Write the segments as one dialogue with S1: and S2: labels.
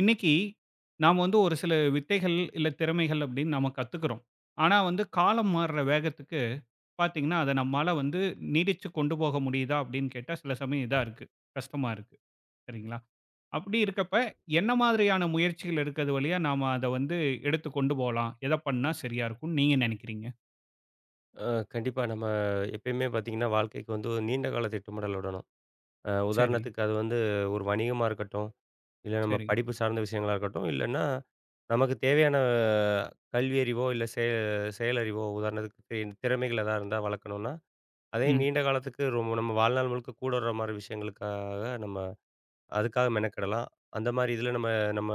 S1: இன்னைக்கு நாம் வந்து ஒரு சில வித்தைகள் இல்லை திறமைகள் அப்படின்னு நம்ம கற்றுக்குறோம். ஆனால் வந்து காலம் மாறுற வேகத்துக்கு பார்த்தீங்கன்னா அதை நம்மளால் வந்து நீடிச்சு கொண்டு போக முடியுதா அப்படின்னு கேட்டால், சில சமயம் இதாக இருக்குது, கஷ்டமாக இருக்குது சரிங்களா? அப்படி இருக்கப்ப என்ன மாதிரியான முயற்சிகள் இருக்கிறது வழியாக நாம் அதை வந்து எடுத்து கொண்டு போகலாம், எதை பண்ணால் சரியாக இருக்கும்னு நீங்கள் நினைக்கிறீங்க?
S2: அ கண்டிப்பா. நம்ம எப்பயுமே பார்த்தீங்கன்னா, வாழ்க்கைக்கு வந்து ஒரு நீண்ட கால திட்டமிடலுடனும்.
S1: சரி.
S2: உதாரணத்துக்கு அது வந்து ஒரு வணிகமா இருக்கட்டும், இல்ல நம்ம
S1: சரி.
S2: படிப்பு சார்ந்த விஷயங்களா இருக்கட்டும், இல்லன்னா நமக்கு தேவையான கல்வியறிவோ, இல்ல செயலறிவோ உதாரணத்துக்கு திறமைகள் எதா இருந்தா வளர்க்கணும்னா, அதே
S1: ம்.
S2: நீண்ட காலத்துக்கு ரொம்ப நம்ம வாழ்நாள் முழுக்க கூட வர்ற மாரி விஷயங்களுக்காக நம்ம அதுக்காக மெனக்கெடலாம். அந்த மாரி இதில நம்ம நம்ம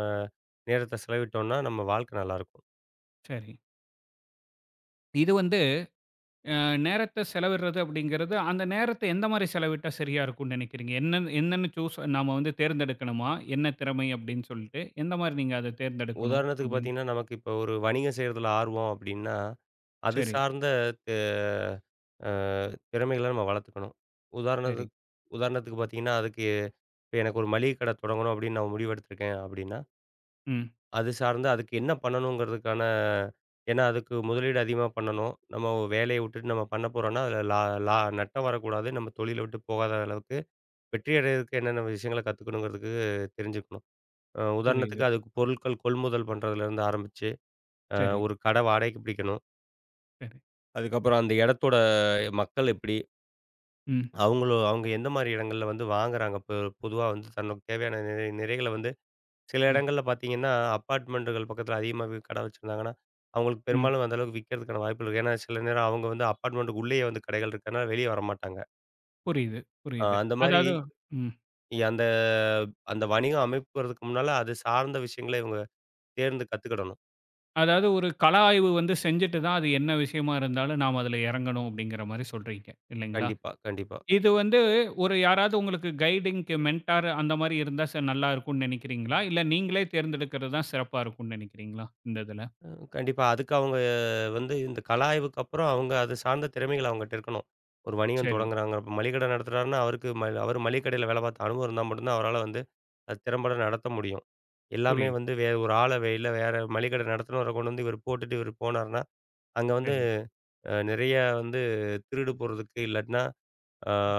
S2: நேரத்த செலவிட்டோம்னா, நம்ம வாழ்க்கை நல்லாயிருக்கும்.
S1: சரி. இது வந்து நேரத்த செலவிடுறது அப்படிங்கிறது, அந்த நேரத்த எந்த மாரி செலவிட்டா சரியா இருக்கும்னு நெனைக்கிறீங்க? என்னன்னு என்னன்னு சூஸ் நாம வந்து தேர்ந்தெடுக்கணுமா? என்ன திறமை அப்படின்னு சொல்லிட்டு, எந்த மாரி நீங்க அத தேர்ந்தெடுக்கணும்
S2: உதாரணத்துக்கு
S1: அப்படின்னு?
S2: பார்த்தீங்கன்னா, நமக்கு இப்போ ஒரு வணிகம் செய்றதுல ஆர்வம் அப்டின்னா, அது
S1: சரி.
S2: சார்ந்த அ திறமைகள நம்ம வளர்த்துக்கணும்.
S1: சரி.
S2: உதாரணத்துக்கு உதாரணத்துக்கு பார்த்தீங்கன்னா, அதுக்கு இப்ப எனக்கு ஒரு மளிகை கடை தொடங்கணும் அப்படின்னு நான் முடிவெடுத்திருக்கேன் அப்படின்னா,
S1: ம்.
S2: அது சார்ந்து அதுக்கு என்ன பண்ணணுங்கிறதுக்கான ஏன்னா அதுக்கு முதலீடு அதிகமா பண்ணணும். நம்ம வேலைய விட்டுட்டு நம்ம பண்ண போறோம்னா, அதில லா லா நட்டம் வரக்கூடாது. நம்ம தொழில விட்டு போகாத அளவுக்கு வெற்றி அடையறதுக்கு என்னென்ன விஷயங்கள கத்துக்கணுங்கிறதுக்கு தெரிஞ்சுக்கணும்.
S1: புரியுது.
S2: உதாரணத்துக்கு அதுக்கு பொருட்கள் கொள்முதல் பண்றதுலேருந்து ஆரம்பிச்சு, அ
S1: சரி.
S2: ஒரு கடை வாடகைக்கு பிடிக்கணும்.
S1: சரி.
S2: அதுக்கப்புறம் அந்த இடத்தோட மக்கள் எப்படி?
S1: ம்.
S2: அவங்களோ அவங்க எந்த மாரி இடங்கள்ல வந்து வாங்குறாங்க? பொதுவா வந்து தனக்கு தேவையான நிறைகள வந்து சில
S1: ம்.
S2: இடங்கள்ல பார்த்தீங்கன்னா, அப்பார்ட்மெண்டுகள் பக்கத்துல அதிகமா கடை வச்சிருந்தாங்கன்னா, அவங்களுக்கு
S1: ம்.
S2: பெரும்பாலும் அந்த அளவுக்கு விக்கிறதுக்கான வாய்ப்புகள் இருக்கு. ஏன்னா, சில நேரம் அவங்க வந்து அப்பார்ட்மெண்டுக்கு உள்ளேயே வந்து கடைகள் இருக்கனால வெளிய வரமாட்டாங்க.
S1: புரியுது, புரியுது.
S2: அந்த மாரி
S1: அதாவது. ம்.
S2: அந்த அந்த வணிகம் அமைப்புறதுக்கு முன்னால அது சார்ந்த விஷயங்கள இவங்க தேர்ந்து கத்துக்கிடணும்.
S1: அதாவது ஒரு கள ஆய்வு வந்து செஞ்சுட்டு தான், அது என்ன விஷயமா இருந்தாலும் நாம அதுல இறங்கணும் அப்படிங்கிற மாரி சொல்றீங்க, இல்லைங்களா?
S2: கண்டிப்பா, கண்டிப்பா.
S1: இது வந்து ஒரு யாராவது உங்களுக்கு கைடிங்க்கு மென்டார் அந்த மாரி இருந்தா நல்லா இருக்கும்னு நினைக்கிறீங்களா? இல்ல நீங்களே தேர்ந்தெடுக்கிறது தான் சிறப்பா இருக்கும்னு நினைக்கிறீங்களா? இந்த இதுல.
S2: அ கண்டிப்பா. அதுக்கு அவங்க வந்து இந்த கலாய்வுக்கு அப்புறம் அவங்க அது சார்ந்த திறமைகள் அவங்ககிட்ட இருக்கணும். ஒரு வணிகம்
S1: சரி.
S2: தொடங்குறாங்க. இப்ப மளிகை கடை நடத்துறாருன்னா, அவருக்கு அவரு மளிகை கடையில வேலை பார்த்த அனுபவம் இருந்தா மட்டும் தான் அவரால வந்து அது திறம்பட நடத்த முடியும். எல்லாமே
S1: புரியுது.
S2: வந்து வேற ஒரு ஆள இல்ல வேற மளிகை கடை நடத்துனவர கொண்டு வந்து இவரு போட்டுட்டு இவரு போனாருன்னா, அங்க வந்து
S1: சரி.
S2: நெறைய வந்து திருடு போறதுக்கு இல்லாட்டினா, ஆ
S1: ம்.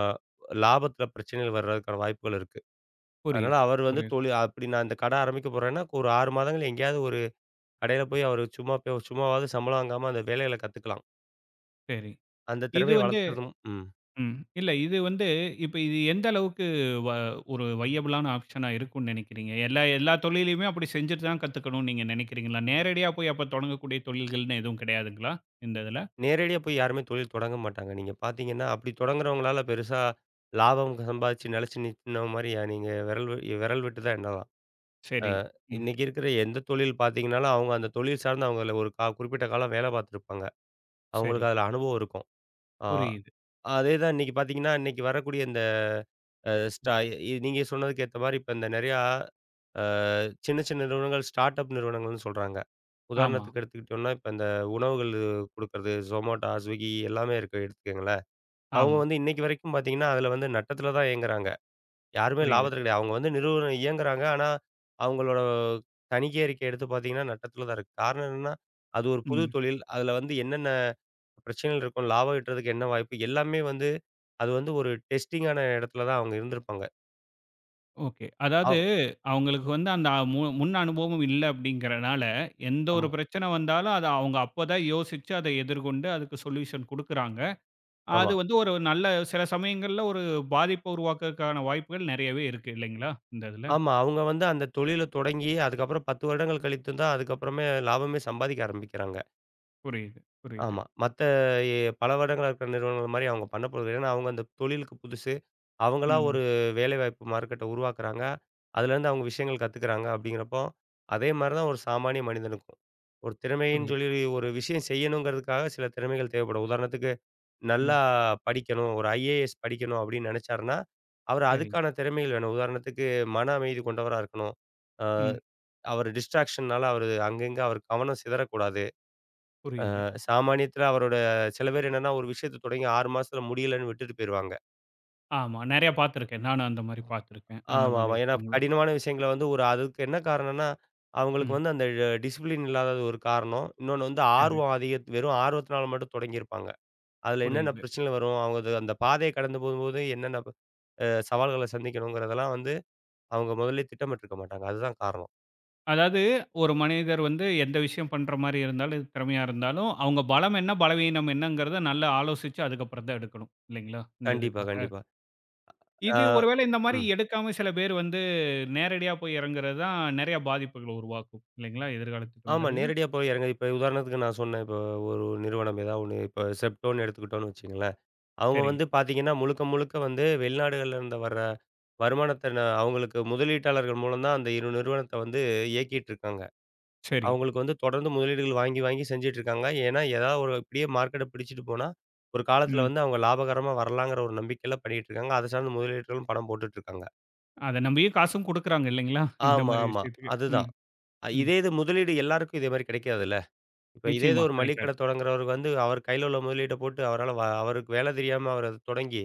S2: லாபத்தில பிரச்சனைகள் வர்றதுக்கான வாய்ப்புகள் இருக்கு. அதனால
S1: புரியுது.
S2: அவர் வந்து
S1: புரியுது.
S2: தொழில் அப்படி நான் இந்த கடை ஆரம்பிக்க போறேன்னா, ஒரு 6 மாதங்கள் எங்கேயாவது ஒரு கடையில போய் அவரு சும்மா போய் சும்மாவாவது சம்பளம் வாங்காம அந்த வேலைகள கத்துக்கலாம்.
S1: சரி.
S2: அந்த
S1: இது
S2: திறமைய
S1: வந்து.
S2: வளர்த்துக்கிறதும் ம்.
S1: ம். இல்ல இது வந்து இப்ப இது எந்த அளவுக்கு வ ஒரு வையபிளான ஆப்ஷனா இருக்கும்னு நினைக்கிறீங்க? எல்லா எல்லா தொழிலையுமே அப்படி செஞ்சுட்டு தான் கத்துக்கணும்னு நீங்க நினைக்கிறீங்களா? நேரடியா போய் அப்ப தொடங்கக்கூடிய தொழில்கள்னு எதுவும் கிடையாதுங்களா? இந்த இதுல.
S2: நேரடியா போய் யாருமே தொழில் தொடங்க மாட்டாங்க. நீங்க பார்த்தீங்கன்னா, அப்படி தொடங்குறவங்களால பெருசா லாபம் சம்பாதிச்சு நிலைச்சு நிக்கின மாரி நீங்க விரல் விட்டு தான் எண்ணலாம்.
S1: சரி. ம்.
S2: இன்னைக்கு இருக்கிற எந்த தொழில் பார்த்தீங்கனாலும், அவங்க அந்த தொழில் சார்ந்து அவங்கள ஒரு குறிப்பிட்ட காலம் வேலை பார்த்துருப்பாங்க.
S1: சரி.
S2: அவங்களுக்கு அதுல அனுபவம் இருக்கும். ஆ
S1: புரியுது.
S2: அதே தான் இன்னைக்கு பார்த்தீங்கன்னா, இன்னைக்கு வரக்கூடிய இந்த அ ஸ்டா நீங்க சொன்னதுக்கு ஏத்த மாரி இப்ப இந்த நெறையா அ சின்ன சின்ன நிறுவனங்கள் ஸ்டார்ட் அப் நிறுவனங்கள்னு சொல்றாங்க.
S1: ஆமா,
S2: உதாரணத்துக்கு எடுத்துக்கிட்டோம்னா, இப்ப இந்த உணவுகள் குடுக்கறது Zomato, Swiggy எல்லாமே இருக்கு எடுத்துக்கங்களேன். அவங்க
S1: ஆமா.
S2: வந்து இன்னைக்கு வரைக்கும் பார்த்தீங்கன்னா, அதில வந்து நட்டத்தில தான் இயங்குறாங்க. யாருமே
S1: புரியுது.
S2: லாபத்தில கிடையாது. அவங்க வந்து நிறுவனம் இயங்குறாங்க. ஆனா, அவங்களோட தணிக்கை அறிக்கை எடுத்து பார்த்தீங்கன்னா, நட்டத்தில தான் இருக்கு. காரணம் என்னன்னா, அது ஒரு புது
S1: ம்.
S2: தொழில். அதில வந்து என்னென்ன பிரச்சனைகள் இருக்கும், லாபம் ஈட்டுறதுக்கு என்ன வாய்ப்பு எல்லாமே வந்து அது வந்து ஒரு டெஸ்டிங்கான இடத்துல தான் அவங்க இருந்திருப்பாங்க.
S1: ஓகே. அதாவது
S2: அவ்
S1: அவங்களுக்கு வந்து அந்த முன் அனுபவம் இல்ல அப்படிங்கிறனால, எந்த ஒரு
S2: ஆமா,
S1: பிரச்சனை வந்தாலும் அத அவங்க அப்பதான் யோசிச்சு அத எதிர்கொண்டு அதுக்கு சொல்யூஷன் குடுக்குறாங்க.
S2: ஆமா.
S1: அது வந்து ஒரு நல்ல சில சமயங்கள்ல ஒரு பாதிப்ப உருவாக்குறதுக்கான வாய்ப்புகள் நெறையவே இருக்கு இல்லைங்களா? இந்த இதுல.
S2: ஆமா. அவங்க வந்து அந்த தொழில தொடங்கி, அதுக்கப்புறம் 10 வருடங்கள் கழித்து தான் அதுக்கப்புறமே லாபமே சம்பாதிக்க ஆரம்பிக்கிறாங்க.
S1: புரியுது, புரியுது.
S2: ஆமா. மத்த பல வருடங்களா இருக்கிற நிறுவனங்கள் மாரி அவங்க பண்ண போறது ஏன்னா, அவங்க அந்த தொழிலுக்கு புதுசு. அவங்களா
S1: ம்.
S2: ஒரு வேலைவாய்ப்பு மார்க்கெட்ட உருவாக்குறாங்க. அதுலேருந்து அவங்க விஷயங்கள் கத்துக்கிறாங்க அப்படிங்கிறப்போ, அதே மாரி தான் ஒரு சாமானிய மனிதனுக்கும். ஒரு திறமைன்னு
S1: புரியுது.
S2: சொல்லி ஒரு விஷயம் செய்யணுங்கிறதுக்காக சில திறமைகள் தேவைப்படும். உதாரணத்துக்கு
S1: ம்.
S2: நல்லா படிக்கணும். ஒரு ஐஏஎஸ் படிக்கணும் அப்படின்னு நினைச்சாருன்னா, அவர்
S1: சரி.
S2: அதுக்கான திறமைகள் வேணும். உதாரணத்துக்கு மன அமைதி கொண்டவரா இருக்கணும். அ
S1: ம்.
S2: அவர் டிஸ்ட்ராக்ஷன்னால அவரு அங்கங்க அவர் கவனம் சிதறக்கூடாது.
S1: புரியுது.
S2: சாமானியத்துல அவரோட சில பேர் என்னன்னா, ஒரு விஷயத்த தொடங்கி 6 மாசத்துல முடியலன்னு விட்டுட்டு போயிருவாங்க.
S1: ஆமா. நெறைய பார்த்துருக்கேன். நானும் அந்த மாரி பார்த்துருக்கேன். அந்த
S2: ஆமா,
S1: மாரி
S2: ஆமா. ஏன்னா
S1: இருக்கவங்கள.
S2: கடினமான விஷயங்கள வந்து ஒரு அதுக்கு என்ன காரணம்னா, அவங்களுக்கு
S1: ம்.
S2: வந்து அந்த டிசிப்ளின் இல்லாதது ஒரு காரணம். இன்னொன்னு வந்து
S1: சரி.
S2: ஆர்வம் அதிக வெறும் ஆர்வத்தினால மட்டும் தொடங்கியிருப்பாங்க. அதுல என்னென்ன
S1: புரியுது.
S2: பிரச்சனை வரும்? அவங்க அது அந்த பாதைய கடந்து போகும்போது என்னென்ன ப அ சவால்கள சந்திக்கணுங்கிறதெல்லாம் வந்து அவங்க முதல்லயே திட்டமிட்டுருக்க மாட்டாங்க. அதுதான் காரணம்.
S1: அதாவது ஒரு மனிதர் வந்து எந்த விஷயம் பண்ற மாரி இருந்தாலும், எது திறமையா இருந்தாலும், அவங்க பலம் என்ன, பலவீனம் என்னங்கிறத நல்லா ஆலோசிச்சு அதுக்கப்புறம் தான் எடுக்கணும். இல்லைங்களா? இந்த
S2: கண்டிப்பா,
S1: இதுக்காக.
S2: கண்டிப்பா. ஆ
S1: இது ஒரு வேளை இந்த மாரி
S2: ம்.
S1: எடுக்காம சில பேர் வந்து நேரடியா போய் இறங்குறது தான் நெறைய பாதிப்புகள உருவாக்கும். இல்லைங்களா? எதிர்கால
S2: ஆமா.
S1: திட்டமிடல்ல.
S2: நேரடியா போய் இறங்க இப்ப உதாரணத்துக்கு நான் சொன்னேன். இப்ப ஒரு நிறுவனம் ஏதாவது ஒண்ணு இப்ப செப்டோன்னு எடுத்துக்கிட்டோம்னு வச்சுக்கங்களேன். அவங்க
S1: சரி,
S2: வந்து பார்த்தீங்கன்னா, முழுக்க முழுக்க வந்து வெளிநாடுகள்ல இருந்து வர்ற வருமானத்த அவங்களுக்கு முதலீட்டாளர்கள் மூலம் தான் அந்த இரு நிறுவனத்த வந்து இயக்கிட்டு இருக்காங்க.
S1: சரி.
S2: அவங்களுக்கு வந்து தொடர்ந்து முதலீடுகள் வாங்கி, வாங்கி செஞ்சுட்டு இருக்காங்க. ஏன்னா, ஏதாவது ஒரு இப்படியே மார்க்கெட்ட பிடிச்சிட்டு போனா, ஒரு காலத்துல
S1: ம்.
S2: வந்து அவங்க லாபகரமா வரலாங்கிற ஒரு நம்பிக்கையில பண்ணிட்டு இருக்காங்க. அதை சார்ந்த முதலீடுகளும் பணம் போட்டுட்டு இருக்காங்க.
S1: அத நம்பியும் காசும் குடுக்குறாங்க இல்லைங்களா? இந்த
S2: ஆமா,
S1: மாரி
S2: ஆமா.
S1: விஷயத்துக்கு. ம்,
S2: அதுதான். அ,
S1: ம்.
S2: இதே இது முதலீடு எல்லாருக்கும் இதே மாரி கிடைக்காதுல்ல. இப்ப இதே இது
S1: நிச்சயமா
S2: ஒரு மளிகை
S1: கிடைக்காது.
S2: கடை தொடங்குறவரு வந்து அவர் கையில உள்ள முதலீட்ட போட்டு அவரால அவருக்கு வேலை தெரியாம அவர் அத தொடங்கி,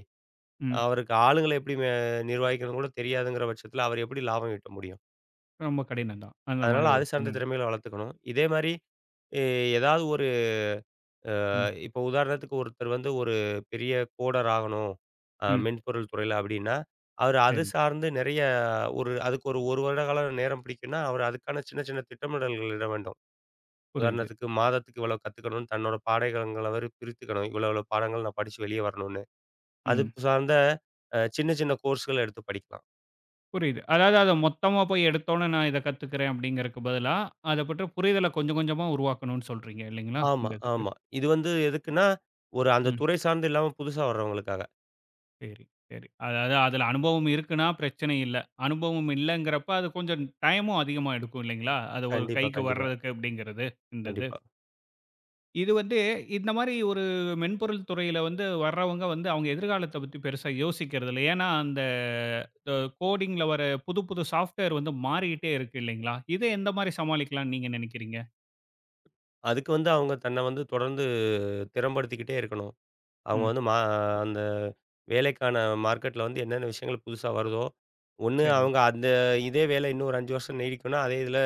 S1: ம்.
S2: அவருக்கு ஆளுங்கள எப்படி நிர்வகிக்கணும்னு கூட தெரியாதுங்கிற பட்சத்துல அவர் எப்படி லாபம் ஈட்ட முடியும்?
S1: ரொம்ப கடினம் தான். அந்த மாரி
S2: அதனால
S1: ஒரு
S2: அது சார்ந்த
S1: சூழ்நிலை.
S2: திறமைகளை வளர்த்துக்கணும். இதே மாரி எ ஏதாவது ஒரு
S1: ம்,
S2: இப்போ உதாரணத்துக்கு ஒருத்தர் வந்து ஒரு பெரிய கோடர் ஆகணும்
S1: ம்.
S2: மென்பொருள் துறையில அப்படின்னா, அவர் அது
S1: சரி.
S2: சார்ந்து நிறைய ஒரு அதுக்கு ஒரு 1 வருட காலம் நேரம் பிடிக்கும்னா, அவர் அதுக்கான சின்ன சின்ன திட்டமிடல்கள் இட வேண்டும்.
S1: புரியுது.
S2: உதாரணத்துக்கு மாதத்துக்கு இவ்வளோ கத்துக்கணும்னு தன்னோட பாடங்கள அவரு பிரித்துக்கணும். இவ்வளோ இவ்வளோ பாடங்கள் நான் படிச்சு வெளியே வரணும்னு. அது
S1: ம்.
S2: சார்ந்த சின்ன சின்ன கோர்ஸ்கள எடுத்து படிக்கலாம்.
S1: புரியுது. அதாவது அத மொத்தமா போய் எடுத்தோனே நான் இத கத்துக்கிறேன் அப்படிங்கிறக்கு பதிலா, அத பற்ற புரிதல கொஞ்சம் கொஞ்சமா உருவாக்கணும்னு சொல்றீங்க இல்லைங்களா?
S2: ஆமா,
S1: இந்த இதுக்கு.
S2: ஆமா. இது வந்து எதுக்குன்னா, ஒரு அந்த
S1: ம்.
S2: துறை சார்ந்து இல்லாம புதுசா வர்றவங்களுக்காக.
S1: சரி, சரி. அதாவது அதுல அனுபவம் இருக்குன்னா பிரச்சனை இல்ல. அனுபவம் இல்லங்கிறப்ப அது கொஞ்சம் டைமும் அதிகமா எடுக்கும் இல்லைங்களா? அது ஒரு
S2: கண்டிப்பா,
S1: கைக்கு
S2: கண்டிப்பா,
S1: வர்றதுக்கு அப்படிங்கிறது, இந்த இது.
S2: கண்டிப்பா.
S1: இது வந்து இந்த மாரி ஒரு மென்பொருள் துறையில வந்து வர்றவங்க வந்து அவங்க எதிர்காலத்த பத்தி பெருசா யோசிக்கிறது இல்ல. ஏன்னா அந்த அ கோடிங்ல வர புது புது சாஃப்ட்வேர் வந்து மாறிக்கிட்டே இருக்கு இல்லைங்களா? இத எந்த மாரி சமாளிக்கலாம்னு நீங்க நெனைக்கிறீங்க?
S2: அதுக்கு வந்து அவங்க தன்ன வந்து தொடர்ந்து திறம்படுத்திக்கிட்டே இருக்கணும். அவங்க
S1: ம்.
S2: வந்து அந்த வேலைக்கான மார்க்கெட்ல வந்து என்னென்ன விஷயங்கள் புதுசா வருதோ, ஒண்ணு
S1: சரி,
S2: அவங்க அந்த இதே வேலை இன்னும் ஒரு 5 வருஷம் நீடிக்கும்னா, அதே இதுல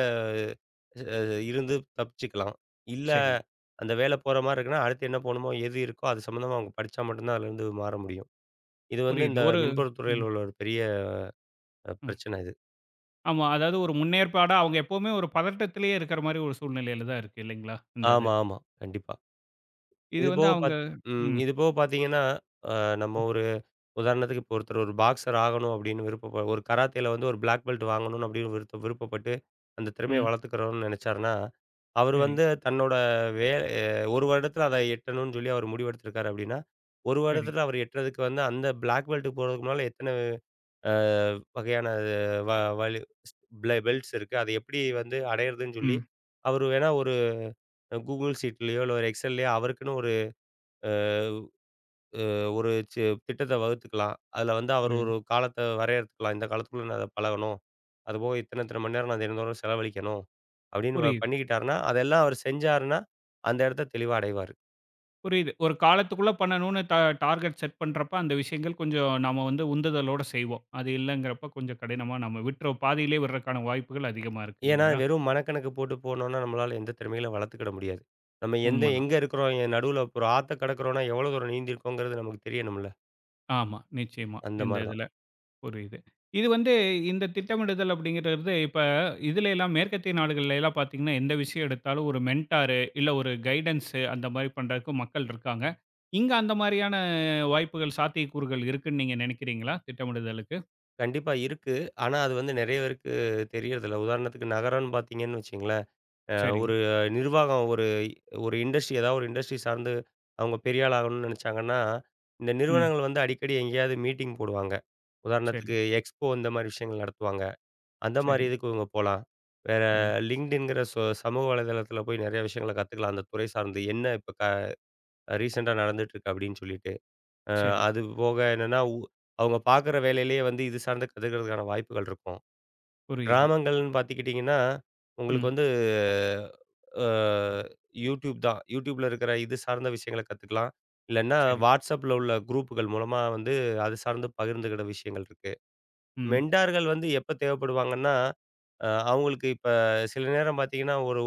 S2: அ இருந்து தப்பிச்சுக்கலாம். இல்ல
S1: சரி.
S2: அந்த வேலை போற மாரி இருக்குன்னா, அடுத்து என்ன போணுமோ, எது இருக்கோ அது சம்மந்தமா அவங்க படிச்சா மட்டும் தான் அதுலேருந்து மாற முடியும். இது வந்து
S1: புரியுது.
S2: இந்த
S1: ஒரு.
S2: மென்பொருள்
S1: ம்,
S2: துறையில உள்ள ஒரு பெரிய
S1: ம்.
S2: பிரச்சனை இது.
S1: ஆமா. அதாவது ஒரு முன்னேற்பாடா அவங்க எப்பவுமே ஒரு பதட்டத்திலேயே இருக்கிற மாரி ஒரு சூழ்நிலையில தான் இருக்கு இல்லைங்களா? இந்த இது.
S2: ஆமா, ஆமா. கண்டிப்பா.
S1: இது
S2: இது
S1: வந்து
S2: போக
S1: அவங்க.
S2: பாத் ம்.
S1: ம்,
S2: இது போக பாத்தீங்கன்னா, அ நம்ம
S1: ம்,
S2: ஒரு உதாரணத்துக்கு இப்போ ஒருத்தர் ஒரு பாக்ஸர் ஆகணும் அப்படின்னு விருப்ப ஒரு கராத்தேல வந்து ஒரு பிளாக் பெல்ட் வாங்கணும்னு அப்படின்னு விருப்பப்பட்டு அந்த திறமையை
S1: ம்.
S2: வளர்த்துக்கிறோம்னு நினைச்சாருன்னா, அவர்
S1: சரி,
S2: வந்து தன்னோட வே அ 1 வருடத்துல அத எட்டணும்னு சொல்லி அவர் முடிவெடுத்திருக்காரு அப்படின்னா, 1
S1: சரி.
S2: வருடத்துல அவர் எட்டுறதுக்கு வந்து அந்த பிளாக் பெல்ட்க்கு போறதுக்கு முன்னால எத்தன அ வகையான வ வலு பெல்ட்ஸ் இருக்கு. அது எப்படி வந்து அடையறதுன்னு சொல்லி,
S1: ம்.
S2: அவர் வேணா ஒரு Google ஷீட்லயோ, இல்ல ஒரு எக்ஸெல்லையோ அவருக்குன்னு ஒரு அ ஒரு சி திட்டத்த வகுத்துக்கலாம். அதுல வந்து அவர்
S1: புரியுது,
S2: ஒரு காலத்த வரையறுத்துக்கலாம். இந்த காலத்துக்குள்ள நான் அத பழகணும். அதுபோக இத்தன இத்தன மணி நேரம் நான் தினந்தோறும் செலவழிக்கணும். அப்படின்னு
S1: புரியுது,
S2: பண்ணிக்கிட்டாருன்னா, அதெல்லாம் அவர் செஞ்சாருன்னா, அந்த இடத்த தெளிவா அடைவாரு.
S1: புரியுது. ஒரு காலத்துக்குள்ள பண்ணணும்னு டார்கெட் செட் பண்றப்ப அந்த விஷயங்கள் கொஞ்சம் நாம வந்து உந்துதலோட செய்வோம். அது இல்லங்கிறப்ப கொஞ்சம் கடினமா நம்ம விட்ற பாதியிலேயே விடுறக்கான வாய்ப்புகள் அதிகமா இருக்கு
S2: ஏன்னா
S1: இல்லைங்களா?
S2: வெறும் மனக்கணக்கு போட்டு போனோம்னா, நம்மளால எந்த திறமைகளையும் வளர்த்துக்கிட முடியாது. நம்ம எந்த
S1: உண்மதான்.
S2: எங்க இருக்கிறோம்? நடுவுல ஒரு ஆத்த கடக்கிறோம்னா, எவ்வளோ தூரம் நீந்திருக்கோங்கிறது நமக்கு தெரியணும்ல.
S1: ஆமா, நிச்சயமா
S2: அந்த
S1: இந்த
S2: மாரி தான்.
S1: இதுல. புரியுது. இது வந்து இந்த திட்டமிடுதல் அப்படிங்கிறது, இப்ப இதுல எல்லாம் மேற்கத்திய நாடுகள்ல எல்லாம் பார்த்தீங்கன்னா, எந்த விஷயம் எடுத்தாலும் ஒரு மென்டாரு, இல்ல ஒரு கைடன்ஸ் அந்த மாரி பண்றதுக்கு மக்கள் இருக்காங்க. இங்க அந்த மாரியான வாய்ப்புகள், சாத்தியக்கூறுகள் இருக்குன்னு நீங்க நினைக்கிறீங்களா? திட்டமிடுதலுக்கு?
S2: கண்டிப்பா இருக்கு. ஆனா அது வந்து நெறைய பேருக்கு தெரியறதில்ல. உதாரணத்துக்கு நகரம்னு பார்த்தீங்கன்னு வச்சுங்களேன் அ
S1: சரி.
S2: ஒரு நிர்வாகம் ஒரு ஒரு இண்டஸ்ட்ரி ஏதாவது ஒரு இண்டஸ்ட்ரி சார்ந்து அவங்க பெரிய ஆள் ஆகணும்னு நினைச்சாங்கன்னா, இந்த
S1: ம்.
S2: நிறுவனங்கள் வந்து அடிக்கடி எங்கேயாவது மீட்டிங் போடுவாங்க.
S1: சரி,
S2: உதாரணத்துக்கு எக்ஸ்போ இந்த மாரி விஷயங்கள் நடத்துவாங்க. அந்த மாரி
S1: சரி,
S2: இதுக்கு இவங்க போலாம். வேற
S1: சரி,
S2: லிங்க்டின்ங்கிற சோ சமூக வலைதளத்தில போய் நிறைய விஷயங்கள கத்துக்கலாம். அந்த துறை சார்ந்து என்ன இப்ப ரீசென்ட்டா நடந்துட்டுருக்கு அப்படின்னு சொல்லிட்டு. அ
S1: சரி.
S2: அது போக என்னன்னா, அவங்க பார்க்குற வேலையிலேயே வந்து இது சார்ந்து கத்துக்கிறதுக்கான வாய்ப்புகள் இருக்கும்.
S1: புரியுது.
S2: கிராமங்கள்னு பார்த்துக்கிட்டிங்கன்னா,
S1: ம்.
S2: உங்களுக்கு வந்து அ YouTube தான். YouTubeல இருக்கிற இது சார்ந்த விஷயங்கள கத்துக்கலாம். இல்லன்னா
S1: சரி.
S2: WhatsAppல உள்ள குரூப்புகள் மூலமா வந்து அது சார்ந்து பகிர்ந்துக்கிற விஷயங்கள் இருக்கு.
S1: ம்,
S2: மெண்டார்கள் வந்து எப்ப தேவைப்படுவாங்கன்னா, அவங்களுக்கு இப்ப சில நேரம் பார்த்தீங்கன்னா, ஒரு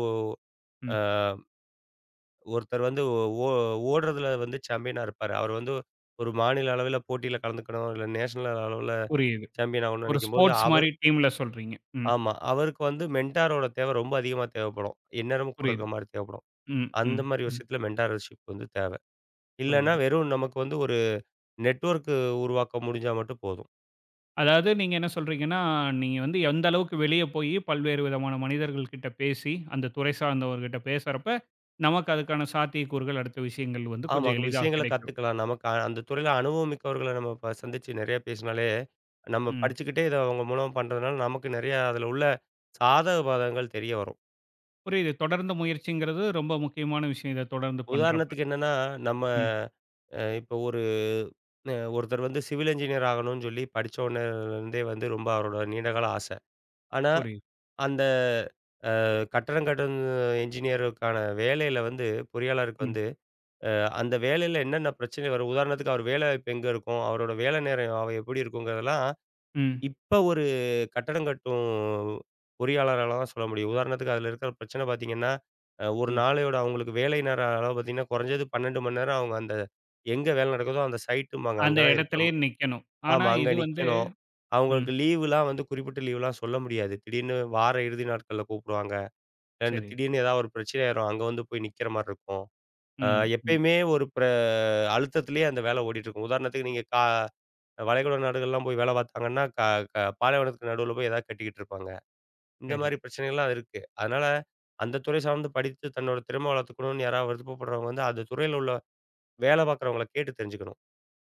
S1: ம்.
S2: அ ஒருத்தர் வந்து ஓ ஓடுறதுல வந்து சாம்பியனா இருப்பாரு. அவர் வந்து ஒரு மாநில அளவில போட்டியில கலந்துக்கணும், இல்ல நேஷனல் அளவுல
S1: புரியுது.
S2: சாம்பியன் ஆகணும்னு
S1: ஒரு
S2: நினைக்கும்போது,
S1: ஸ்போர்ட்ஸ் மாரி டீம்ல சொல்றீங்க. ம்.
S2: ஆமா. அவருக்கு வந்து மென்டாரோட தேவை ரொம்ப அதிகமா தேவைப்படும். எந்நேரமும் கூட
S1: புரியுது.
S2: இருக்க மாரி தேவைப்படும்.
S1: ம்,
S2: அந்த
S1: ம்,
S2: மாரி
S1: ம்.
S2: விஷயத்துல மென்டாரர்ஷிப் வந்து தேவை. இல்லன்னா
S1: புரியுது.
S2: வெறும் நமக்கு வந்து ஒரு நெட்வொர்க்கு உருவாக்க முடிஞ்சா மட்டும் போதும்.
S1: அதாவது நீங்க என்ன சொல்றீங்கன்னா, நீங்க வந்து எந்த அளவுக்கு வெளிய போயி பல்வேறு விதமான மனிதர்கள் கிட்ட பேசி, அந்த துறை சார்ந்தவர்கிட்ட பேசுறப்ப, நமக்கு அதுக்கான சாத்தியக்கூறுகள், அடுத்த விஷயங்கள் வந்து
S2: ஆமா.
S1: கொஞ்சம் எளிதா
S2: விஷயங்கள
S1: கிடைக்கும்.
S2: கத்துக்கலாம். நமக்கு அந்த துறையில அனுபவம் மிக்கவர்கள நம்ம சந்திச்சு நெறைய பேசினாலே, நம்ம
S1: ம்.
S2: படிச்சுக்கிட்டே இத அவங்க மூலமா பண்றதுனால, நமக்கு நெறைய அதுல உள்ள சாதக பாதகங்கள் தெரிய வரும்.
S1: புரியுது. தொடர்ந்து முயற்சிங்கிறது ரொம்ப முக்கியமான விஷயம். இத தொடர்ந்து பண்றப்ப.
S2: உதாரணத்துக்கு என்னன்னா, நம்ம
S1: ம்.
S2: இப்போ ஒரு ஒருத்தர் வந்து சிவில் என்ஜினியர் ஆகணும்னு சொல்லி படிச்ச உடனேருந்தே வந்து ரொம்ப அவரோட நீண்ட கால ஆசை. ஆனா,
S1: புரியுது.
S2: அந்த கட்டடம் கட்டும் என்ஜினியருக்கான வேலையில வந்து பொறியாளருக்கு
S1: ம்.
S2: வந்து, அ அந்த வேலையில என்னென்ன பிரச்சனை வரும்? உதாரணத்துக்கு அவர் வேலை வாய்ப்பு எங்க இருக்கும்? அவரோட வேலை நேரம் அவ எப்படி இருக்குங்கிறதெல்லாம்,
S1: ம்.
S2: இப்ப ஒரு கட்டடம் கட்டும் பொறியாளரால தான் சொல்ல முடியும். உதாரணத்துக்கு அதுல இருக்கிற பிரச்சனை பார்த்தீங்கன்னா, ஒரு
S1: ம்.
S2: நாளையோட அவங்களுக்கு வேலை நேர அளவு பார்த்தீங்கன்னா, குறைஞ்சது 12 மணி நேரம் அவங்க அந்த எங்க வேலை நடக்குதோ அந்த சைட்டும்பாங்க.
S1: அந்த
S2: அங்க தான் இருக்கிற
S1: இடத்திலேயே நிக்கணும். ஆனா
S2: ஆமா. அங்க
S1: இது வந்து.
S2: நிக்கணும்.
S1: ம்.
S2: அவங்களுக்கு லீவுலாம் வந்து குறிப்பிட்ட லீவுலாம் சொல்ல முடியாது. திடீர்னு வார இறுதி நாட்கள்ல கூப்பிடுவாங்க. ஏன்ட
S1: சரி.
S2: திடீர்னு ஏதாவது ஒரு பிரச்சனை ஆயிரும். அங்க வந்து போய் நிக்கிற மாரி இருக்கும். அ
S1: ம். ம்.
S2: எப்பயுமே ஒரு பிர அழுத்தத்திலேயே அந்த வேலை ஓடிட்டுருக்கும். உதாரணத்துக்கு நீங்க வளைகுடா நாடுகள்லாம் போய் வேலை பார்த்தாங்கன்னா, க க பாலைவனத்துக்கு நடுவுல போய் ஏதாவது கட்டிக்கிட்டு இருப்பாங்க. இந்த
S1: சரி.
S2: மாரி பிரச்சனைகள்லாம் இருக்கு. அதனால அந்த துறை சார்ந்து படித்து தன்னோட திறமை வளர்த்துக்கணும்னு யாராவது விருப்பப்படுறவங்க வந்து, அந்த துறையில உள்ள வேலை பார்க்குறவங்கள கேட்டு தெரிஞ்சுக்கணும்.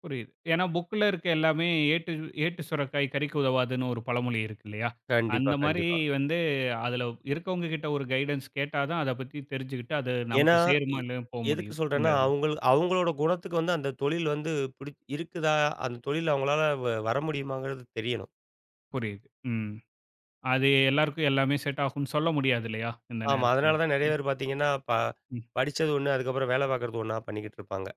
S1: புரியுது. ஏன்னா புக்ல இருக்க எல்லாமே ஏட்டு ஏட்டு சுரைக்காய் கறிக்கு உதவாதுன்னு ஒரு பழமொழி இருக்கு இல்லையா? அந்த
S2: கண்டிப்பா,
S1: மாரி
S2: கண்டிப்பா.
S1: வந்து அதில இருக்கவங்க கிட்ட ஒரு கைடன்ஸ் கேட்டா தான் அத பத்தி தெரிஞ்சுக்கிட்டு அது
S2: ஏன்னா,
S1: நமக்கு சேருமா
S2: எ
S1: இல்லையான்னு போ
S2: எதுக்கு
S1: முடியும். இந்த
S2: சொல்றேன்னா,
S1: இதில.
S2: அவங்கள் அவங்களோட குணத்துக்கு வந்து அந்த தொழில் வந்து பிடி இருக்குதா? அந்த தொழில் அவங்களால வர முடியுமாங்கிறது தெரியணும்.
S1: புரியுது. ம். அது எல்லாருக்கும் எல்லாமே செட் ஆகும்ன்னு சொல்ல முடியாது இல்லையா? இந்த
S2: ஆமா.
S1: நேரத்தில.
S2: அதனால தான் நெறைய பேர் பார்த்தீங்கன்னா,
S1: ம்.
S2: படிச்சது ஒண்ணு, அதுக்கப்புறம் வேலை பார்க்குறது ஒண்ணா பண்ணிக்கிட்டு இருப்பாங்க.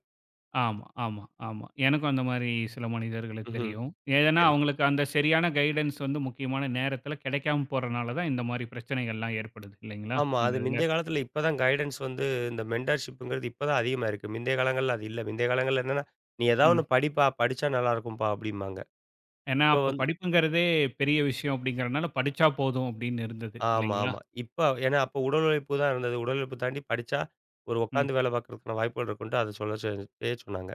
S1: ஆமா, ஆமா, ஆமா. எனக்கும் அந்த மாரி சில மனிதர்கள
S2: ம்ஹ்ம்.
S1: தெரியும். ஏன்னா
S2: சரி.
S1: அவங்களுக்கு அந்த சரியான கைடன்ஸ் வந்து முக்கியமான நேரத்தில கிடைக்காம போறனால தான் இந்த மாரி பிரச்சனைகள்லாம் ஏற்படுது இல்லைங்களா?
S2: ஆமா.
S1: இந்த
S2: அது
S1: இதில.
S2: முந்தைய காலத்துல இப்ப தான் கைடன்ஸ் வந்து இந்த மென்டார்ஷிப்ங்கிறது இப்ப தான் அதிகமா இருக்கு. முந்தைய காலங்கள்ல அது இல்ல. முந்தைய காலங்கள்ல என்னன்னா, "நீ ஏதாவது
S1: ம்.
S2: ஒண்ணு படிப்பா, படிச்சா நல்லா இருக்கும்பா" அப்படிம்பாங்க.
S1: ஏன்னா,
S2: இப்ப
S1: அப்ப
S2: வந்து
S1: படிப்புங்கிறதே பெரிய விஷயம் அப்படிங்கிறனால, படிச்சா போதும் அப்படின்னு இருந்தது
S2: ஆமா,
S1: இல்லைங்களா?
S2: ஆமா. இப்ப ஏன்னா அப்ப உடல் உழைப்பு தான் இருந்தது. உடல் உழைப்பு தாண்டி படிச்சா, ஒரு
S1: ம்.
S2: உட்காந்து வேலை பார்க்கறதுக்கான வாய்ப்புகள் இருக்குன்ட்டு அத சொல்ல செய்ய சொன்னாங்க.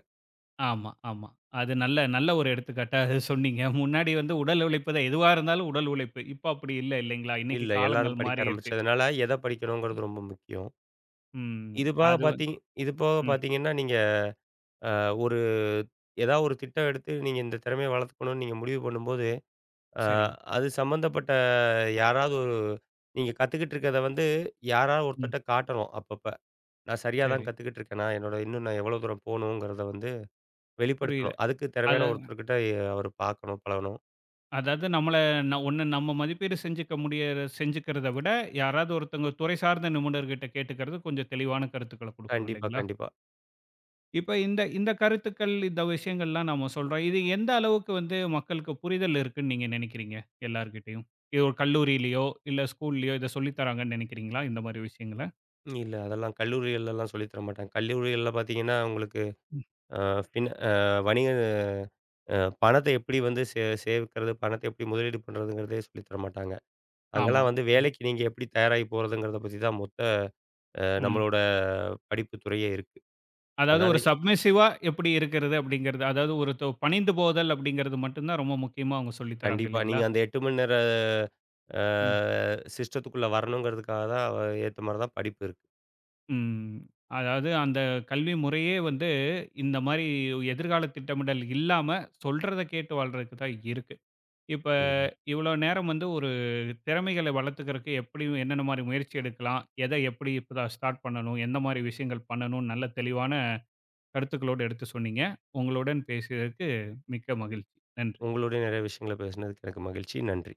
S1: ஆமா, ஆமா. அது நல்ல நல்ல ஒரு எடுத்துக்காட்டா சொன்னீங்க. முன்னாடி வந்து உடல் உழைப்பு தான் எதுவா இருந்தாலும் உடல் உழைப்பு. இப்ப அப்படி இல்ல இல்லைங்களா? இன்னைக்கு
S2: இல்ல
S1: காலங்கள்
S2: எல்லாரும் படிக்க
S1: மாறிருச்சு.
S2: ஆரம்பிச்சதுனால, எத படிக்கணுங்கிறது ரொம்ப முக்கியம்.
S1: ம்.
S2: இது போக
S1: அது வந்து.
S2: பார்த்தீங் இது போக
S1: ம்.
S2: பார்த்தீங்கன்னா, நீங்க அ ஒரு ஏதாவது ஒரு திட்டம் எடுத்து நீங்க இந்த திறமைய வளர்த்துக்கணும்னு நீங்க முடிவு பண்ணும்போது, அ
S1: சரி.
S2: அது சம்மந்தப்பட்ட யாராவது ஒரு நீங்க கத்துக்கிட்டு இருக்கிறத வந்து யாராவது
S1: ம்.
S2: ஒருத்தர்ட்ட காட்டணும் அப்பப்ப. நான் சரியா தான்
S1: சரி.
S2: கத்துக்கிட்டு இருக்கேனா? என்னோட இன்னும் நான் எவ்வளோ தூரம் போணுங்கிறத வந்து
S1: புரியுது.
S2: வெளிப்படுத்தணும். அதுக்கு
S1: அத
S2: திறமையான ஒருத்தர்கிட்ட அவர் பார்க்கணும், பழகணும்.
S1: அதாவது நம்மள ஒண்ணு நம்ம மதிப்பீடு செஞ்சுக்க செஞ்சுக்கிறத விட, யாராவது ஒருத்தவங்க துறை சார்ந்த நிபுணர்கிட்ட கேட்டுக்கிறது கொஞ்சம் தெளிவான கருத்துக்கள குடுக்கும்
S2: கண்டிப்பா,
S1: இல்லைங்களா?
S2: கண்டிப்பா.
S1: இப்ப இந்த இந்த கருத்துக்கள், இந்த விஷயங்கள்லாம் நம்ம சொல்றோம். இது எந்த அளவுக்கு வந்து மக்களுக்கு புரிதல் இருக்குன்னு நீங்க நெனைக்கிறீங்க? எல்லார்கிட்டயும். இது ஒரு கல்லூரியிலயோ, இல்ல ஸ்கூல்லயோ இத சொல்லி தராங்கன்னு நெனைக்கிறீங்களா? இந்த மாரி விஷயங்கள?
S2: இல்ல அதெல்லாம் கல்லூரிகள்லலாம் சொல்லி தர மாட்டாங்க. கல்லூரிகள்ல பார்த்தீங்கன்னா, உங்களுக்கு
S1: ம்.
S2: அ பின் அ வணிக அ பணத்த எப்படி வந்து சேவிக்கிறது, பணத்த எப்படி முதலீடு பண்றதுங்கிறதே சொல்லி தர மாட்டாங்க.
S1: ஆமா.
S2: அங்கலாம் வந்து
S1: ம்.
S2: வேலைக்கு நீங்க எப்படி தயாராகி போறதுங்கிறத பத்தி தான் மொத்த
S1: ம்.
S2: நம்மளோட படிப்பு துறையே இருக்கு.
S1: அதாவது
S2: அதனால
S1: ஒரு சப்மிசிவா எப்படி இருக்கிறது அப்படிங்கிறது, அதாவது ஒரு பணிந்து போதல் அப்படிங்கிறது மட்டும் தான் ரொம்ப முக்கியமா அவங்க சொல்லி தராங்க
S2: கண்டிப்பா
S1: இல்லைங்களா?
S2: நீங்க அந்த 8 மணி நேர அ
S1: ம்.
S2: சிஸ்டத்துக்குள்ள வரணுங்கிறதுக்காக தான் ஏத்த மாரி தான் படிப்பு இருக்கு.
S1: ம். அதாவது அந்த கல்வி முறையே வந்து இந்த மாரி எதிர்கால திட்டமிடல் இல்லாம, சொல்றத கேட்டு வாழ்றதுக்கு தான் இருக்கு. இப்ப
S2: கண்டிப்பா.
S1: இவ்வளோ நேரம் வந்து ஒரு திறமைகள வளர்த்துக்கிறதுக்கு எப்படி என்னென்ன மாரி முயற்சி எடுக்கலாம்? எத எப்படி இப்ப ஸ்டார்ட் பண்ணணும்? எந்த மாரி விஷயங்கள் பண்ணணும்? நல்ல தெளிவான கருத்துக்களோடு எடுத்து சொன்னீங்க. உங்களுடன் பேசியதற்கு மிக்க மகிழ்ச்சி. நன்றி.
S2: உங்களோட நிறைய விஷயங்கள பேசினதுக்கு எனக்கு மகிழ்ச்சி. நன்றி.